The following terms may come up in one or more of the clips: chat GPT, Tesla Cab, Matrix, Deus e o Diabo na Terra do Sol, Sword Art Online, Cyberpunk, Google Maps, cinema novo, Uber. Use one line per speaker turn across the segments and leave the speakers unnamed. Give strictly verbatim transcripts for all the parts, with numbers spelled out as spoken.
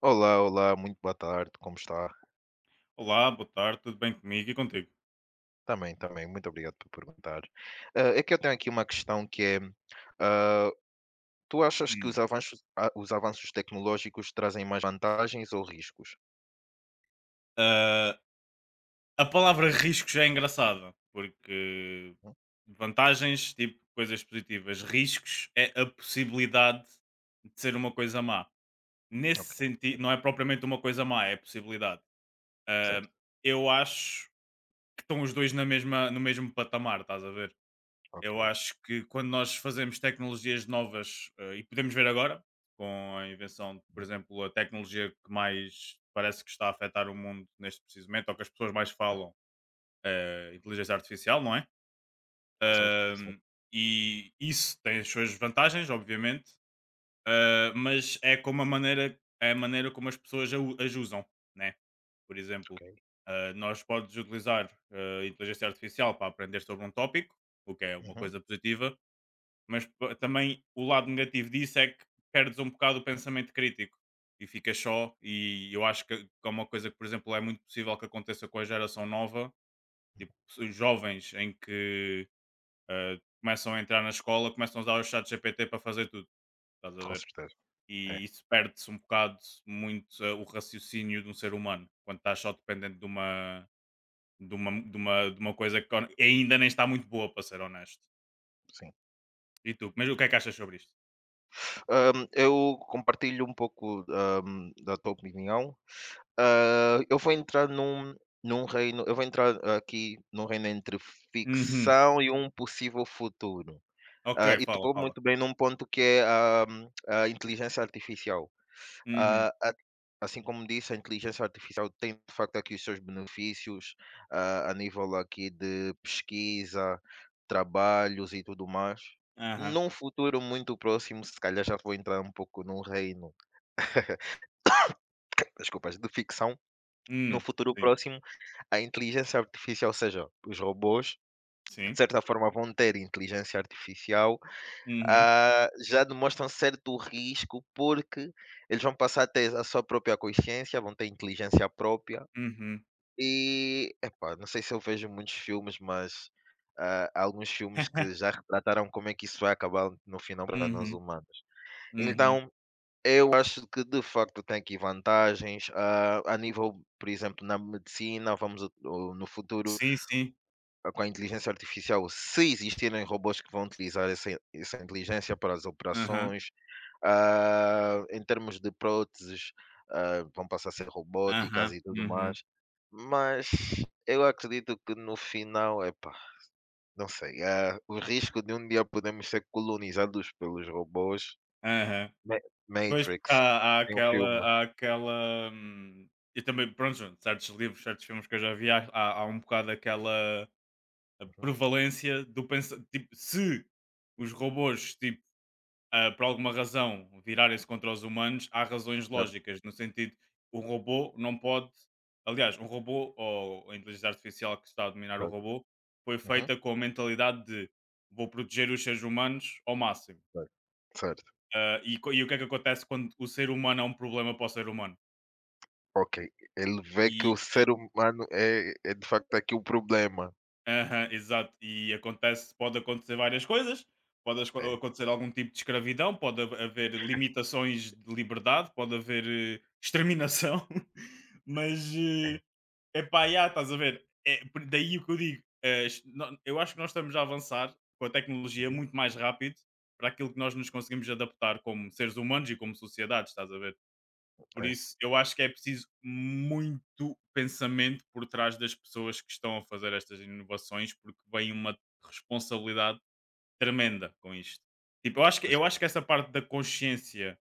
Olá, olá, muito boa tarde, como está?
Olá, boa tarde, tudo bem comigo e contigo?
Também, também, muito obrigado por perguntar. Ah, é que eu tenho aqui uma questão que é, ah, tu achas que os
Hum.
avanços, ah, os avanços tecnológicos trazem mais vantagens ou riscos?
Ah, a palavra risco já é engraçada, porque
Hum,
vantagens, tipo coisas positivas, riscos é a possibilidade de ser uma coisa má. Nesse
Ok,
sentido, não é propriamente uma coisa má, é a possibilidade. Ah,
certo,
eu acho que estão os dois na mesma, no mesmo patamar, estás a ver?
ok.
Eu acho que quando nós fazemos tecnologias novas, eh, e podemos ver agora, com a invenção, de, por
Uhum,
exemplo, a tecnologia que mais parece que está a afetar o mundo neste preciso momento, ou que as pessoas mais falam, eh, inteligência artificial, não é?
certo, certo,
Ahm, e isso tem as suas vantagens, obviamente, ah, mas é como a maneira, é a maneira como as pessoas a, u- as usam, né? Por exemplo,
ok.
ah, nós podes utilizar a inteligência artificial para aprender sobre um tópico, o que é uma
Uhum,
coisa positiva, mas p- também o lado negativo disso é que perdes um bocado o pensamento crítico e ficas só. E eu acho que que é uma coisa que, por exemplo, é muito possível que aconteça com a geração nova,
uhum,
tipo, os jovens em que eh, começam a entrar na escola, começam a usar o chat G P T para fazer tudo, estás a
com
ver?
certeza, é,
E isso perde-se um bocado muito eh, o raciocínio de um ser humano quando estás só dependente de uma, de uma, de uma, de uma coisa que ainda nem está muito boa, para ser honesto.
sim.
E tu, mas o que é que achas sobre isto?
Ahm, eu compartilho um pouco, ahm, da tua opinião. Ah, eu vou entrar num num reino eu vou entrar aqui num reino entre
Uhum.
ficção e um possível futuro.
Ok,
Ah, e
fala,
tocou
fala.
muito bem num ponto que é a a inteligência artificial. Ah,
Uhum.
a assim como disse, a inteligência artificial tem de facto aqui os seus benefícios, ah, a nível aqui de pesquisa, trabalhos e tudo mais.
Aham.
Num futuro muito próximo, se calhar já vou entrar um pouco num reino, desculpas, de ficção. Num
Hum.
futuro
Sim.
próximo, a inteligência artificial, ou seja, os robôs, de
Sim.
certa forma vão ter inteligência artificial,
Uhum.
ah, já demonstram certo risco, porque eles vão passar a ter a sua própria consciência, vão ter inteligência própria
Uhum.
e, epá, não sei, se eu vejo muitos filmes, mas ah, há alguns filmes que já retrataram como é que isso vai acabar no final para nós
Uhum.
humanos.
Uhum.
Então, eu acho que de facto tem aqui vantagens, ah, a nível, por exemplo, na medicina. Vamos o no futuro,
Sim, sim.
a- com a inteligência artificial, se existirem robôs que vão utilizar essa, essa inteligência para as
Aham.
operações, ah, em termos de próteses, ah, vão passar a ser robóticas
Aham.
e tudo
Uhum.
mais. Mas eu acredito que no final, epá, não sei, ah, o risco de um dia podermos ser colonizados pelos robôs.
Aham.
Ma-
Pois, porque
Matrix,
há há
tem um
aquela
filme.
há aquela, hum, e também, pronto, certos livros, certos filmes que eu já vi, há há há um bocado aquela
Uhum,
prevalência do pensar tipo, se os robôs, tipo ah, por alguma razão, virarem-se contra os humanos, há razões
certo,
lógicas, no sentido, o robô não pode. Aliás, um robô ou a inteligência artificial que está a dominar o
certo.
robô foi
Uhum,
feita com a mentalidade de vou proteger os seres humanos ao máximo.
certo. Certo,
Ah, e, co- e o que é que acontece quando o ser humano é um problema para o ser humano?
ok. Ele vê que o
E
ser humano é, é, de facto aqui o problema.
Aham, exato. E acontece, pode acontecer várias coisas, pode asco-
É,
acontecer algum tipo de escravidão, pode ha- haver limitações de liberdade, pode haver eh, exterminação, mas
é.
é pá, já estás a ver? É, por- daí o que eu digo, eh, es- nó- eu acho que nós estamos a avançar com a tecnologia
Uhum.
muito mais rápido para aquilo que nós nos conseguimos adaptar como seres humanos e como sociedade, estás a ver? Por
É,
isso, eu acho que é preciso muito pensamento por trás das pessoas que estão a fazer estas inovações, porque vem uma responsabilidade tremenda com isto. Tipo, eu acho que,
pois
eu
é.
acho que essa parte da consciência,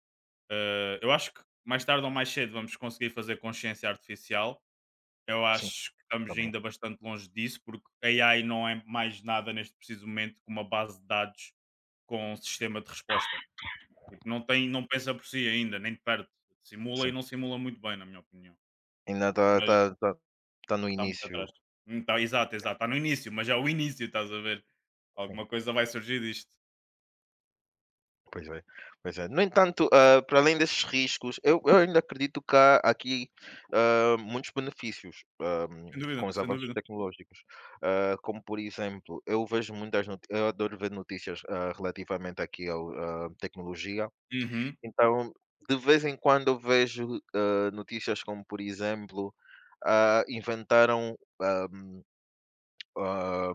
eh, eu acho que mais tarde ou mais cedo vamos conseguir fazer consciência artificial. Eu
Sim,
acho que estamos
também,
ainda bastante longe disso, porque a AI não é mais nada neste preciso momento que uma base de dados com um sistema de resposta. Tipo, não, tem, não pensa por si ainda, nem de perto. Simula e
sim.
não simula muito bem, na minha opinião.
Ainda está,
Mas
tá tá tá tá no
está muito
início.
atrás. Hum, tá, exato, exato. Está no início, mas já é o início, estás a ver?
Sim,
Alguma coisa vai surgir disto.
pois é, pois é. No entanto, hã, para além desses riscos, eu eu ainda acredito que há aqui, hã, muitos benefícios, hã,
Sem
com
dúvida,
os
sem
avanços
dúvida.
tecnológicos. Hã, como por exemplo, eu vejo muitas noti eu adoro ver notícias, hã, relativamente aqui à tecnologia.
Uhum,
Então, de vez em quando eu vejo, hã, notícias como, por exemplo, ah, inventaram, ah, ah,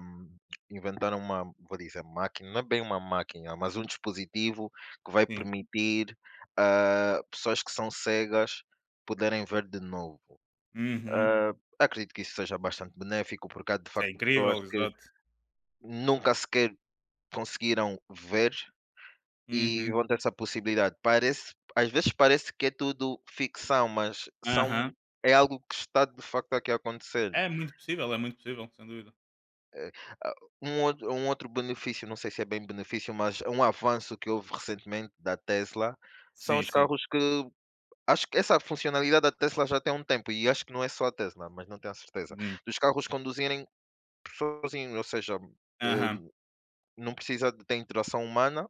inventaram uma, vou dizer, máquina, não é bem uma máquina, mas um dispositivo que vai
sim.
permitir a pessoas que são cegas poderem ver de novo.
Uhum.
Ah, acredito que isso seja bastante benéfico, porque há de
Isso é
facto pessoas
incrível,
que
exato.
nunca sequer conseguiram ver e
Uhum.
vão ter essa possibilidade. Parece, às vezes parece que é tudo ficção, mas são,
Aham.
é algo que está de facto aqui a acontecer.
É muito possível, é muito possível, sem dúvida.
Ah, um outro, um outro benefício, não sei se é bem benefício, mas é um avanço que houve recentemente da Tesla. São
Sim,
os
sim.
carros que, acho que essa funcionalidade da Tesla já tem um tempo, e acho que não é só a Tesla, mas não tenho a certeza,
Uhum.
dos carros conduzirem sozinho, ou seja,
Aham.
eh, não precisa de ter interação humana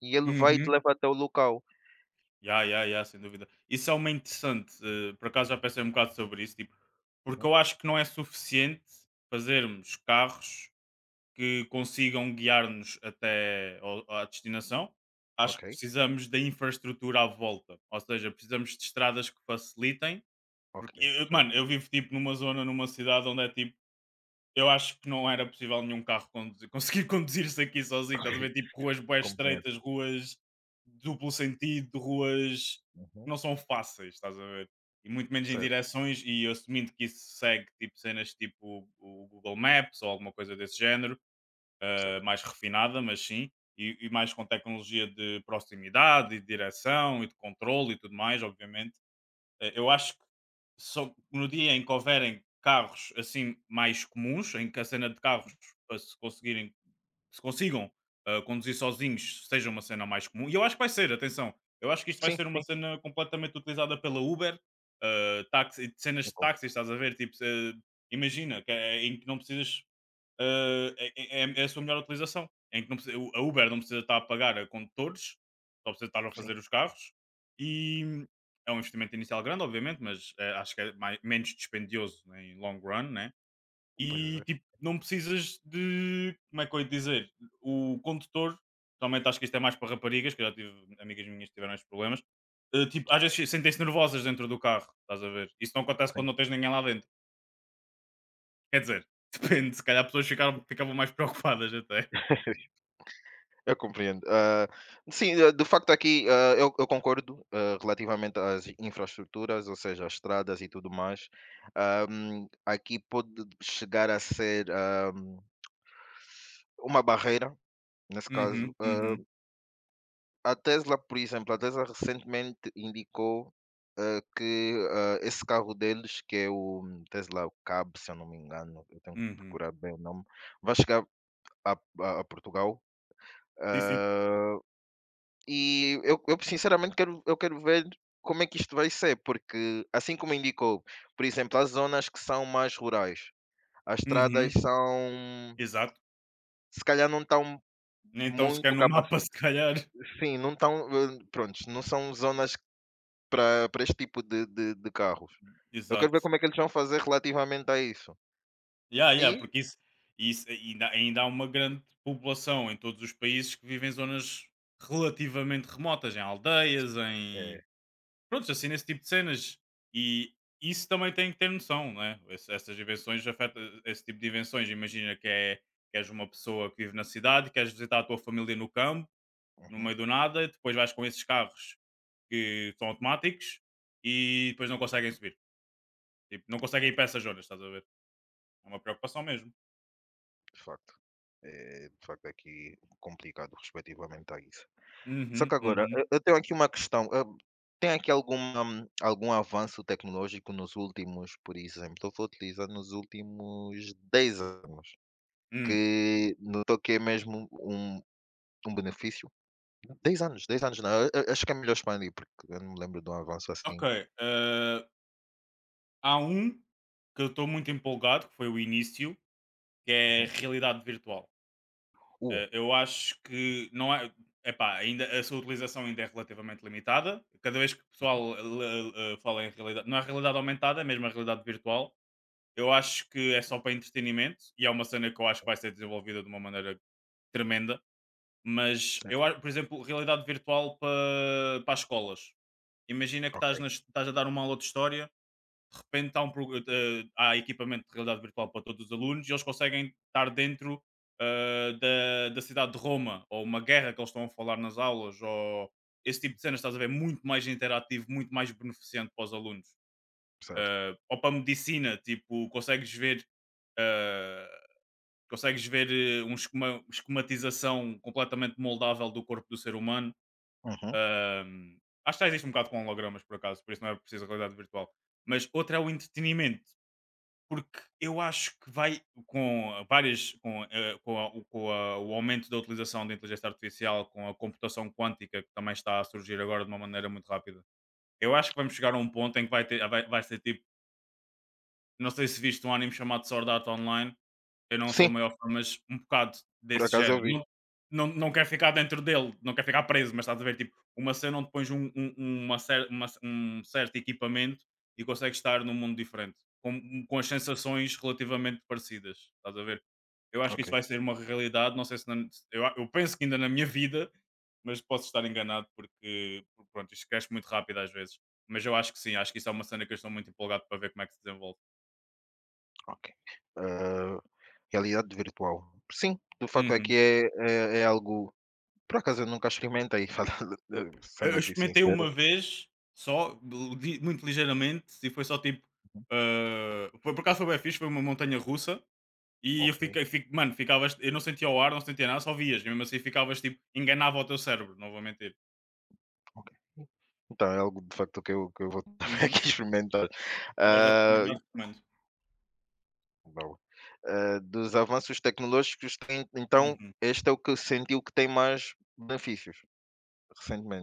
e ele vai e te
Uhum.
leva até o local.
Ya, ya, ya, sem dúvida. Isso é uma interessante. Eh, por acaso já pensei um bocado sobre isso, tipo, porque
Uhum,
eu acho que não é suficiente fazermos carros que consigam guiar-nos até ao- à destinação. Acho
ok,
que precisamos da infraestrutura à volta, ou seja, precisamos de estradas que facilitem,
ok,
porque, eu-
certo,
mano, eu vivo tipo numa zona, numa cidade onde é tipo, eu acho que não era possível nenhum carro conduzir, conseguir conduzir-se aqui sozinho, estás a ver? Tipo
ok,
ruas bué
compreendo.
estreitas, ruas duplo sentido, ruas que
Uhum,
não são fáceis, estás a ver? E muito menos em
certo,
direções, e assumindo que isso segue tipo cenas tipo o o Google Maps ou alguma coisa desse género eh,
certo.
mais refinada, mas sim, e, e mais com tecnologia de proximidade e de direção e de controle e tudo mais, obviamente. Eh, eu acho que só no dia em que houverem carros assim mais comuns, em que a cena de carros eh, se conseguirem, se consigam eh, conduzir sozinhos, seja uma cena mais comum. E eu acho que vai ser, atenção, eu acho que isto vai
Sim,
ser uma
sim,
cena completamente utilizada pela Uber, eh, táxi, cenas
eu
de táxi,
concordo,
estás a ver? Tipo, eh, imagina que é em que não precisas eh, é, é- é é a sua melhor utilização. Em que não precisa- a Uber não precisa estar a pagar a condutores, só precisa estar a
sim,
fazer os carros. E é um investimento inicial grande, obviamente, mas eh, acho que é mais, menos dispendioso né, em long run, né?
pois
E
é,
tipo, não precisas de. Como é que eu ia dizer? O condutor, realmente acho que isto é mais para raparigas, que eu já tive amigas minhas que tiveram estes problemas. Eh, tipo, às
ok,
vezes sentem-se nervosas dentro do carro, estás a ver? Isso não acontece
sim.
quando não tens ninguém lá dentro. Quer dizer, depende, se calhar pessoas ficaram, ficavam mais preocupadas até.
Eu compreendo. Ah, sim, ah, de facto aqui, ah, eu, eu concordo, ah, relativamente às infraestruturas, ou seja, as estradas e tudo mais. Ahm, aqui pode chegar a ser, ahm, uma barreira, nesse caso.
Uhum,
Ah,
uhum,
a Tesla, por exemplo, a Tesla recentemente indicou, ah, que, ah, esse carro deles, que é o Tesla Cab, se eu não me engano, eu tenho que
uhum.
procurar bem o nome, vai chegar a, a- a Portugal.
Sim, sim.
E eu eu sinceramente quero, eu quero ver como é que isto vai ser, porque assim como indicou, por exemplo, as zonas que são mais rurais, as estradas
Uhum,
são
exato.
se calhar não estão
Nem tão sequer
muito
no
capaci
mapa, se calhar.
sim, não estão, prontos, não são zonas para para este tipo de de de carros. Eu quero ver
Exato.
como é que eles vão fazer relativamente a isso.
Yeah, yeah,
E
porque isso, isso ainda, ainda há uma grande população em todos os países que vivem em zonas relativamente remotas, em aldeias,
é.
em. Pronto, assim, nesse tipo de cenas. E isso também tem que ter noção, né? Ess- Essas invenções afetam esse tipo de invenções. Imagina que, é, que és uma pessoa que vive na cidade, queres visitar a tua família no campo, no
Uhum.
meio do nada, e depois vais com esses carros que são automáticos e depois não conseguem subir. Tipo, não conseguem ir
É,
para essas zonas, estás a ver? É uma preocupação mesmo.
de facto. É, de facto, aqui complicado, respectivamente a isso. Só que
Uhum,
agora,
uhum,
eu eu tenho aqui uma questão. Hã, tem aqui alguma hum, algum avanço tecnológico nos últimos, por exemplo, eu vou utilizar, nos últimos dez anos,
hum.
que notou que é mesmo um um benefício? Dez anos, dez anos não, a a acho que é melhor expandir, porque eu não me lembro de um avanço
Ok.
assim.
eh, Há um que eu estou muito empolgado, que foi o início, que é
Uhum.
realidade virtual.
Uh,
Eh, eu acho que não é. Epá, ainda, a sua utilização ainda é relativamente limitada. Cada vez que o pessoal eh, le- eh, fala em realidade, não é realidade aumentada, é mesmo a realidade virtual. Eu acho que é só para entretenimento e é uma cena que eu acho que vai ser desenvolvida de uma maneira tremenda Mas eu,
Certo.
a- por exemplo, realidade virtual para, para as escolas. Imagina que estás,
Ok,
nas- estás a dar uma aula de história, de repente há, um, prog- eh, há equipamento de realidade virtual para todos os alunos e eles conseguem estar dentro eh, da, da cidade de Roma, ou uma guerra que eles estão a falar nas aulas, ou esse tipo de cenas, estás a ver? Muito mais interativo, muito mais beneficente para os alunos.
certo.
Eh, ou para a medicina, tipo, consegues ver. eh, Consegues ver eh, um esquema- esquematização completamente moldável do corpo do ser humano.
Uhum.
Ahm, Acho que já existe um bocado com hologramas, por acaso, por isso não é preciso realidade virtual. Mas outra é o entretenimento, porque eu acho que vai com várias, com, eh, com, a- o- com a- o aumento da utilização da inteligência artificial, com a computação quântica, que também está a surgir agora de uma maneira muito rápida. Eu acho que vamos chegar a um ponto em que vai, ter, vai, vai ser tipo, não sei se viste um anime chamado Sword Art Online, eu não sou
Sim,
o maior fã, mas um bocado
por
desse
acaso
género.
eu vi.
Não não não quero ficar dentro dele, não quero ficar preso, mas estás a ver, tipo, uma cena onde pões um um uma cer uma um certo equipamento e consegues estar num mundo diferente, com com as sensações relativamente parecidas, estás a ver? Eu acho que isso
Ok,
vai ser uma realidade, não sei se na se- eu a eu penso que ainda na minha vida, mas posso estar enganado porque, porque, pronto, isto cresce muito rápido às vezes. Mas eu acho que sim, acho que isso é uma cena que eu estou muito empolgado para ver como é que se desenvolve.
ok. Hã, realidade virtual. Sim, de facto aqui
Uhum.
é que é é é algo. Por acaso eu nunca experimentei, falando
Eu
sendo
eu
aqui
experimentei
sincero.
uma vez só, li muito ligeiramente, e foi só tipo, ah, foi por acaso foi bué fixe, foi uma montanha russa e eu
Ok,
fiquei, fico, mano, ficavas, eu não sentia o ar, não sentia nada, só vias, e mesmo assim ficavas tipo, enganava o teu cérebro, não vou mentir.
ok. Então é algo de facto que eu que eu vou também
Uhum.
aqui experimentar.
Se tiveres a
Ah,
oportunidade, recomendo.
então, ah, dos avanços tecnológicos tem então,
Uhum.
este é o que sentiu que tem mais benefícios,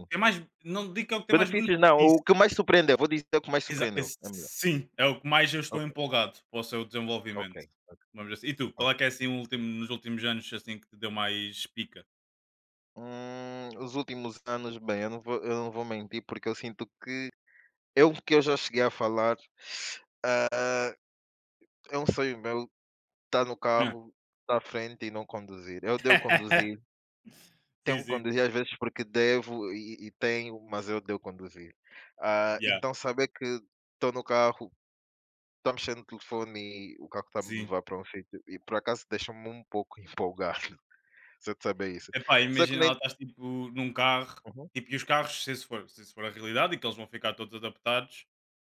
O que é mais, não digo que é o que tem mais
Benefícios não, o
benefício,
que mais surpreendeu, vou dizer o que mais
exa
surpreendeu,
ex
é melhor.
sim, é o que mais eu estou
Ok,
empolgado para o seu
ok,
desenvolvimento. Vamos dizer assim. E tu,
ok.
qual é que é assim o último, nos últimos anos assim que te deu mais pica?
Hum, os últimos anos, bem, eu não vou eu não vou mentir, porque eu sinto que eu que eu já cheguei a falar, é um sonho meu estar no
Hã.
carro da frente e não conduzir. Eu devo conduzir,
Sim,
tenho que
sim.
conduzir às vezes porque devo, e e tenho, mas eu devo conduzir. Ah,
Yeah.
então saber que estou no carro, estou mexendo no telefone e o carro está-me a
Sim.
levar para um sítio, e por acaso deixa-me um pouco empolgado se de saber isso.
Epá,
Só que
imagina lá
nem,
estás tipo num carro,
uhum,
tipo, e os carros, se isso for, se isso for a realidade e que eles vão ficar todos adaptados,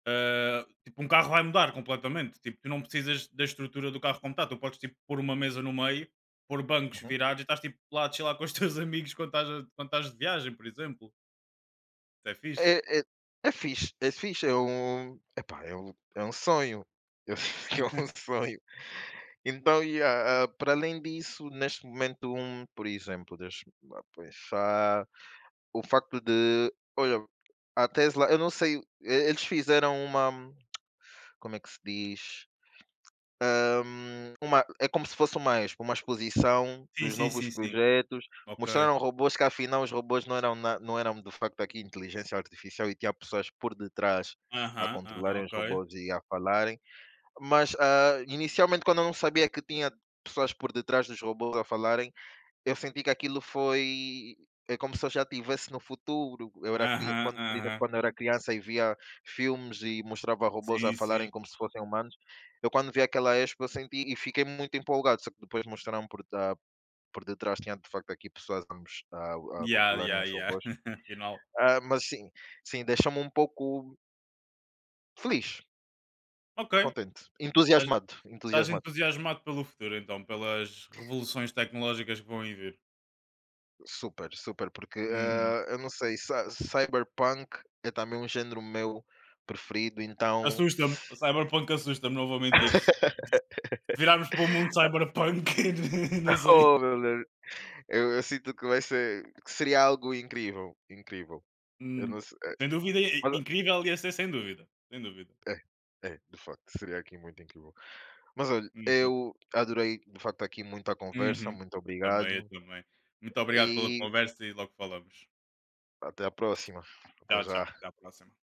ah, tipo, um carro vai mudar completamente. Tipo, tu não precisas da estrutura do carro como está, tu podes tipo pôr uma mesa no meio, pôr bancos
uhum.
virados e estás tipo lá a chilar com os teus amigos quando estás, a- quando estás de viagem, por exemplo. Isso é
É
fixe.
é é fixe, é fixe, é um epá, é um é um sonho, eu sei que é um sonho. Então, yeah, ah, ah, para além disso, neste momento, um, por exemplo, deixa-me lá pensar, o facto de, olha, a Tesla, eu não sei, e- eles fizeram uma, como é que se diz? Hum, uma, é como se fosse uma expo, uma exposição
Sim,
dos
sim,
novos
sim, sim.
projetos.
Ok.
Mostraram robôs que, afinal, os robôs não eram, na- não eram de facto aqui inteligência artificial, e tinha pessoas por detrás a
Aham, aham,
controlarem os
ok.
robôs e a falarem. Mas, ah, inicialmente, quando eu não sabia que tinha pessoas por detrás dos robôs a falarem, eu senti que aquilo foi é como se eu já estivesse no futuro. Eu era cri-
Aham,
quando, por exemplo,
aham.
quando eu era criança e via filmes e mostrava robôs a
Sim, sim.
falarem como se fossem humanos, eu quando vi aquela expo, eu senti e fiquei muito empolgado, só que depois mostraram, por, ah, por detrás tinha de facto aqui pessoas a, mos- a- a
Yeah,
controlarem
yeah,
os
yeah.
robôs.
Afinal.
Ah, mas sim, sim, deixa-me um pouco feliz,
Ok.
contente, entusiasmado,
Estás
entusiasmado.
entusiasmado pelo futuro então, pelas revoluções tecnológicas que vão aí vir?
Super, super, porque
Uhum.
eh, eu não sei, cy- cyberpunk é também um género meu preferido. Então,
Assusta-me, a Cyberpunk assusta-me, não vou mentir. Se virarmos para o mundo Cyberpunk, não sei.
oh, meu Deus, eu, eu sinto que vai ser, que seria algo incrível, incrível. Eu
Hum.
não sei, eh,
Sem dúvida, i-
mas
incrível ia ser, sem dúvida. Sem dúvida.
é, é, de facto, seria aqui muito incrível. Mas olha,
Uhum.
eu adorei de facto aqui muito a conversa,
Uhum.
muito
Eu também, eu
obrigado,
também. Muito obrigado pela
e
conversa e logo falamos.
até a próxima. Até
Tchau, tchau.
já.
Até à próxima.